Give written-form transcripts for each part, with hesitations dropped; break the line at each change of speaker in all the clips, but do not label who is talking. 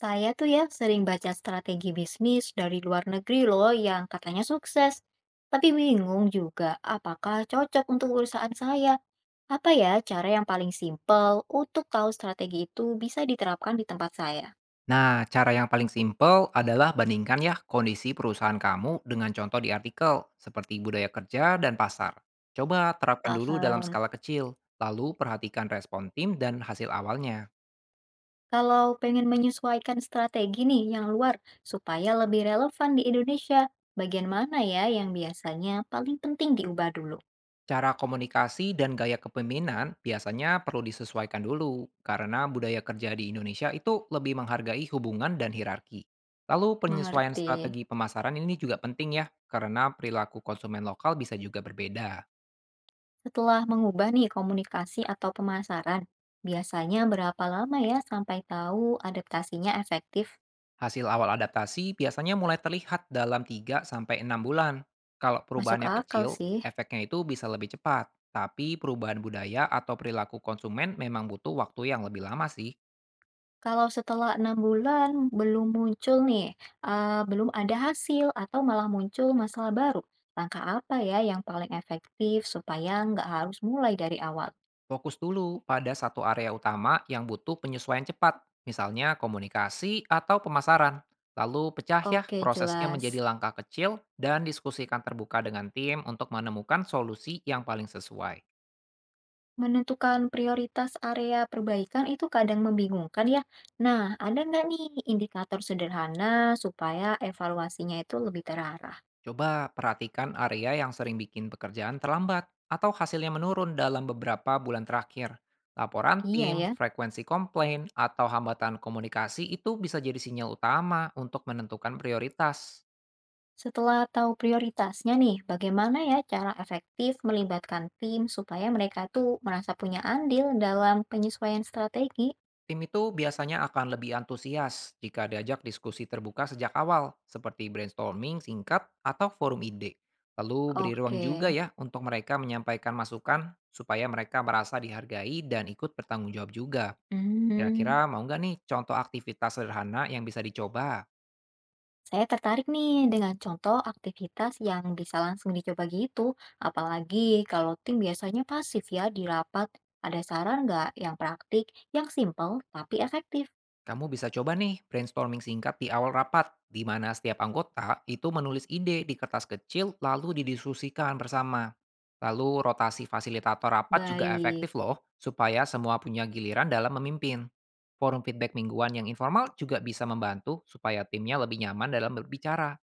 Saya tuh ya sering baca strategi bisnis dari luar negeri loh yang katanya sukses. Tapi bingung juga apakah cocok untuk perusahaan saya. Apa ya cara yang paling simpel untuk tahu strategi itu bisa diterapkan di tempat saya?
Nah, cara yang paling simpel adalah bandingkan ya kondisi perusahaan kamu dengan contoh di artikel, seperti budaya kerja dan pasar. Coba terapkan dulu dalam
Paham.
skala kecil, lalu perhatikan respon tim dan hasil awalnya.
Kalau pengen menyesuaikan strategi nih yang luar supaya lebih relevan di Indonesia, bagian mana ya yang biasanya paling penting diubah dulu?
Cara komunikasi dan gaya kepemimpinan biasanya perlu disesuaikan dulu, karena budaya kerja di Indonesia itu lebih menghargai hubungan dan hierarki. Lalu penyesuaian
Mengerti.
strategi pemasaran ini juga penting ya, karena perilaku konsumen lokal bisa juga berbeda.
Setelah mengubah nih komunikasi atau pemasaran, biasanya berapa lama ya sampai tahu adaptasinya efektif?
Hasil awal adaptasi biasanya mulai terlihat dalam tiga sampai enam bulan. Kalau
Masuk
perubahannya
akal
kecil,
sih.
efeknya itu bisa lebih cepat. Tapi perubahan budaya atau perilaku konsumen memang butuh waktu yang lebih lama sih.
Kalau setelah 6 bulan belum muncul nih, belum ada hasil atau malah muncul masalah baru, langkah apa ya yang paling efektif supaya nggak harus mulai dari awal?
Fokus dulu pada satu area utama yang butuh penyesuaian cepat, misalnya komunikasi atau pemasaran. Lalu pecah ya
Oke,
prosesnya menjadi
jelas.
langkah kecil dan diskusikan terbuka dengan tim untuk menemukan solusi yang paling sesuai.
Menentukan prioritas area perbaikan itu kadang membingungkan ya. Nah, ada nggak nih indikator sederhana supaya evaluasinya itu lebih terarah?
Coba perhatikan area yang sering bikin pekerjaan terlambat atau hasilnya menurun dalam beberapa bulan terakhir. Laporan
Iya
tim,
ya.
frekuensi komplain, atau hambatan komunikasi itu bisa jadi sinyal utama untuk menentukan prioritas.
Setelah tahu prioritasnya nih, bagaimana ya cara efektif melibatkan tim supaya mereka tuh merasa punya andil dalam penyesuaian strategi?
Tim itu biasanya akan lebih antusias jika diajak diskusi terbuka sejak awal, seperti brainstorming singkat atau forum ide. Lalu beri ruang
Oke.
juga ya untuk mereka menyampaikan masukan supaya mereka merasa dihargai dan ikut bertanggung jawab juga.
Hmm.
Kira-kira mau nggak nih contoh aktivitas sederhana yang bisa dicoba?
Saya tertarik nih dengan contoh aktivitas yang bisa langsung dicoba gitu, apalagi kalau tim biasanya pasif ya di rapat. Ada saran nggak yang praktik, yang simple tapi efektif?
Kamu bisa coba nih brainstorming singkat di awal rapat, di mana setiap anggota itu menulis ide di kertas kecil lalu didiskusikan bersama. Lalu rotasi fasilitator rapat juga
Baik,
efektif loh, supaya semua punya giliran dalam memimpin. Forum feedback mingguan yang informal juga bisa membantu supaya timnya lebih nyaman dalam berbicara.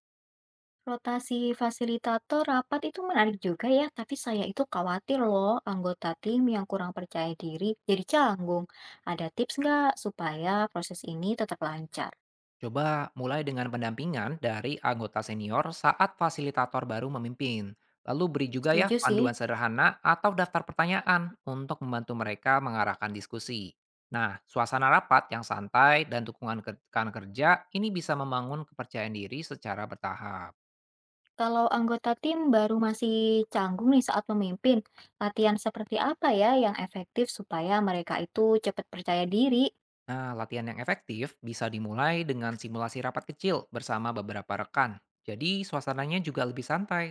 rotasi fasilitator rapat itu menarik juga ya, tapi saya itu khawatir loh anggota tim yang kurang percaya diri jadi canggung. Ada tips nggak supaya proses ini tetap lancar?
Coba mulai dengan pendampingan dari anggota senior saat fasilitator baru memimpin. Lalu beri juga ya
Setuju sih.
panduan sederhana atau daftar pertanyaan untuk membantu mereka mengarahkan diskusi. Nah, suasana rapat yang santai dan dukungan rekan kerja ini bisa membangun kepercayaan diri secara bertahap.
Kalau anggota tim baru masih canggung nih saat memimpin, latihan seperti apa ya yang efektif supaya mereka itu cepat percaya diri?
Nah, latihan yang efektif bisa dimulai dengan simulasi rapat kecil bersama beberapa rekan. Jadi, suasananya juga lebih santai.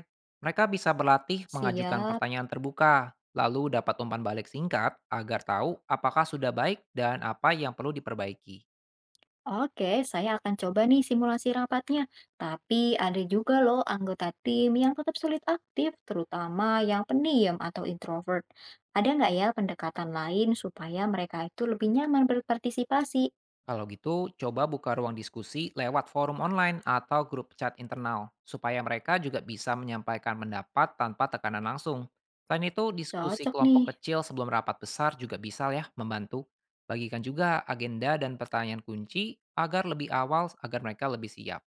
Mereka bisa berlatih mengajukan
Siap.
pertanyaan terbuka, lalu dapat umpan balik singkat agar tahu apakah sudah baik dan apa yang perlu diperbaiki.
Oke, saya akan coba nih simulasi rapatnya. Tapi ada juga loh anggota tim yang tetap sulit aktif, terutama yang pendiam atau introvert. Ada nggak ya pendekatan lain supaya mereka itu lebih nyaman berpartisipasi?
Kalau gitu, coba buka ruang diskusi lewat forum online atau grup chat internal, supaya mereka juga bisa menyampaikan pendapat tanpa tekanan langsung. Selain itu, diskusi
Cocok nih.
kelompok kecil sebelum rapat besar juga bisa ya membantu. Bagikan juga agenda dan pertanyaan kunci agar lebih awal agar mereka lebih siap.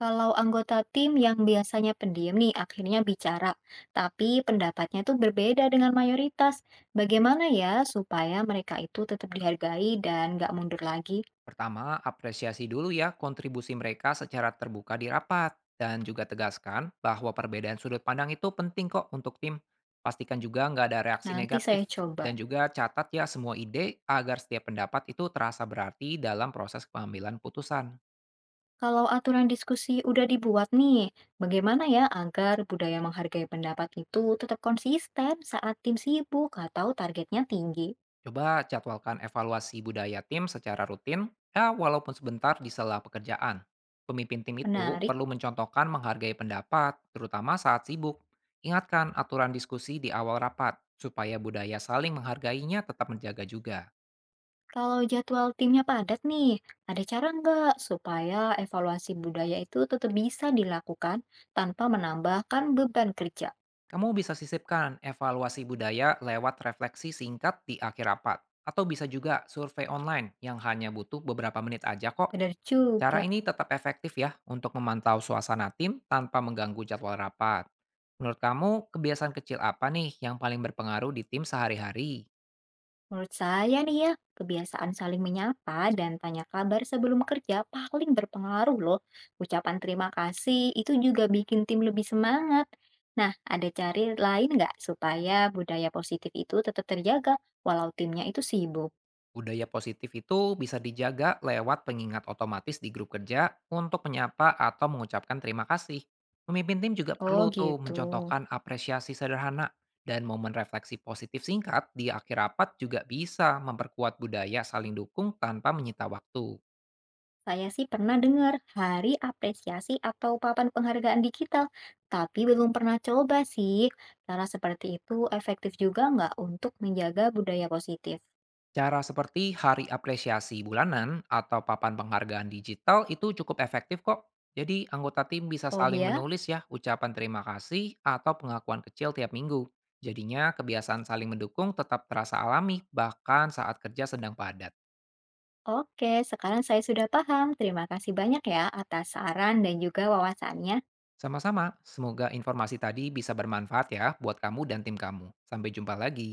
Kalau anggota tim yang biasanya pendiam nih akhirnya bicara, tapi pendapatnya tuh berbeda dengan mayoritas. Bagaimana ya supaya mereka itu tetap dihargai dan nggak mundur lagi?
Pertama, apresiasi dulu ya kontribusi mereka secara terbuka di rapat dan juga tegaskan bahwa perbedaan sudut pandang itu penting kok untuk tim. Pastikan juga nggak ada reaksi
Nanti saya
negatif
coba.
dan juga catat ya semua ide agar setiap pendapat itu terasa berarti dalam proses pengambilan putusan.
Kalau aturan diskusi udah dibuat nih, bagaimana ya agar budaya menghargai pendapat itu tetap konsisten saat tim sibuk atau targetnya tinggi?
Coba jadwalkan evaluasi budaya tim secara rutin, ya walaupun sebentar di sela pekerjaan. Pemimpin tim itu
Menarik.
perlu mencontohkan menghargai pendapat, terutama saat sibuk. Ingatkan aturan diskusi di awal rapat, supaya budaya saling menghargainya tetap menjaga juga.
Kalau jadwal timnya padat nih, ada cara nggak supaya evaluasi budaya itu tetap bisa dilakukan tanpa menambahkan beban kerja?
Kamu bisa sisipkan evaluasi budaya lewat refleksi singkat di akhir rapat, atau bisa juga survei online yang hanya butuh beberapa menit aja kok.
Benar
Cara
juga.
ini tetap efektif ya untuk memantau suasana tim tanpa mengganggu jadwal rapat. Menurut kamu, kebiasaan kecil apa nih yang paling berpengaruh di tim sehari-hari?
Menurut saya nih ya, kebiasaan saling menyapa dan tanya kabar sebelum kerja paling berpengaruh loh. Ucapan terima kasih itu juga bikin tim lebih semangat. Nah, ada cari lain nggak supaya budaya positif itu tetap terjaga walau timnya itu sibuk?
Budaya positif itu bisa dijaga lewat pengingat otomatis di grup kerja untuk menyapa atau mengucapkan terima kasih. Pemimpin tim juga
Oh
perlu tuh
gitu.
mencontohkan apresiasi sederhana dan momen refleksi positif singkat di akhir rapat juga bisa memperkuat budaya saling dukung tanpa menyita waktu.
Saya sih pernah dengar hari apresiasi atau papan penghargaan digital, tapi belum pernah coba sih. Cara seperti itu efektif juga nggak untuk menjaga budaya positif?
Cara seperti hari apresiasi bulanan atau papan penghargaan digital itu cukup efektif kok. Jadi anggota tim bisa
Oh
saling
ya?
menulis ya ucapan terima kasih atau pengakuan kecil tiap minggu. Jadinya kebiasaan saling mendukung tetap terasa alami bahkan saat kerja sedang padat.
Oke, sekarang saya sudah paham. Terima kasih banyak ya atas saran dan juga wawasannya.
Sama-sama, semoga informasi tadi bisa bermanfaat ya buat kamu dan tim kamu. Sampai jumpa lagi.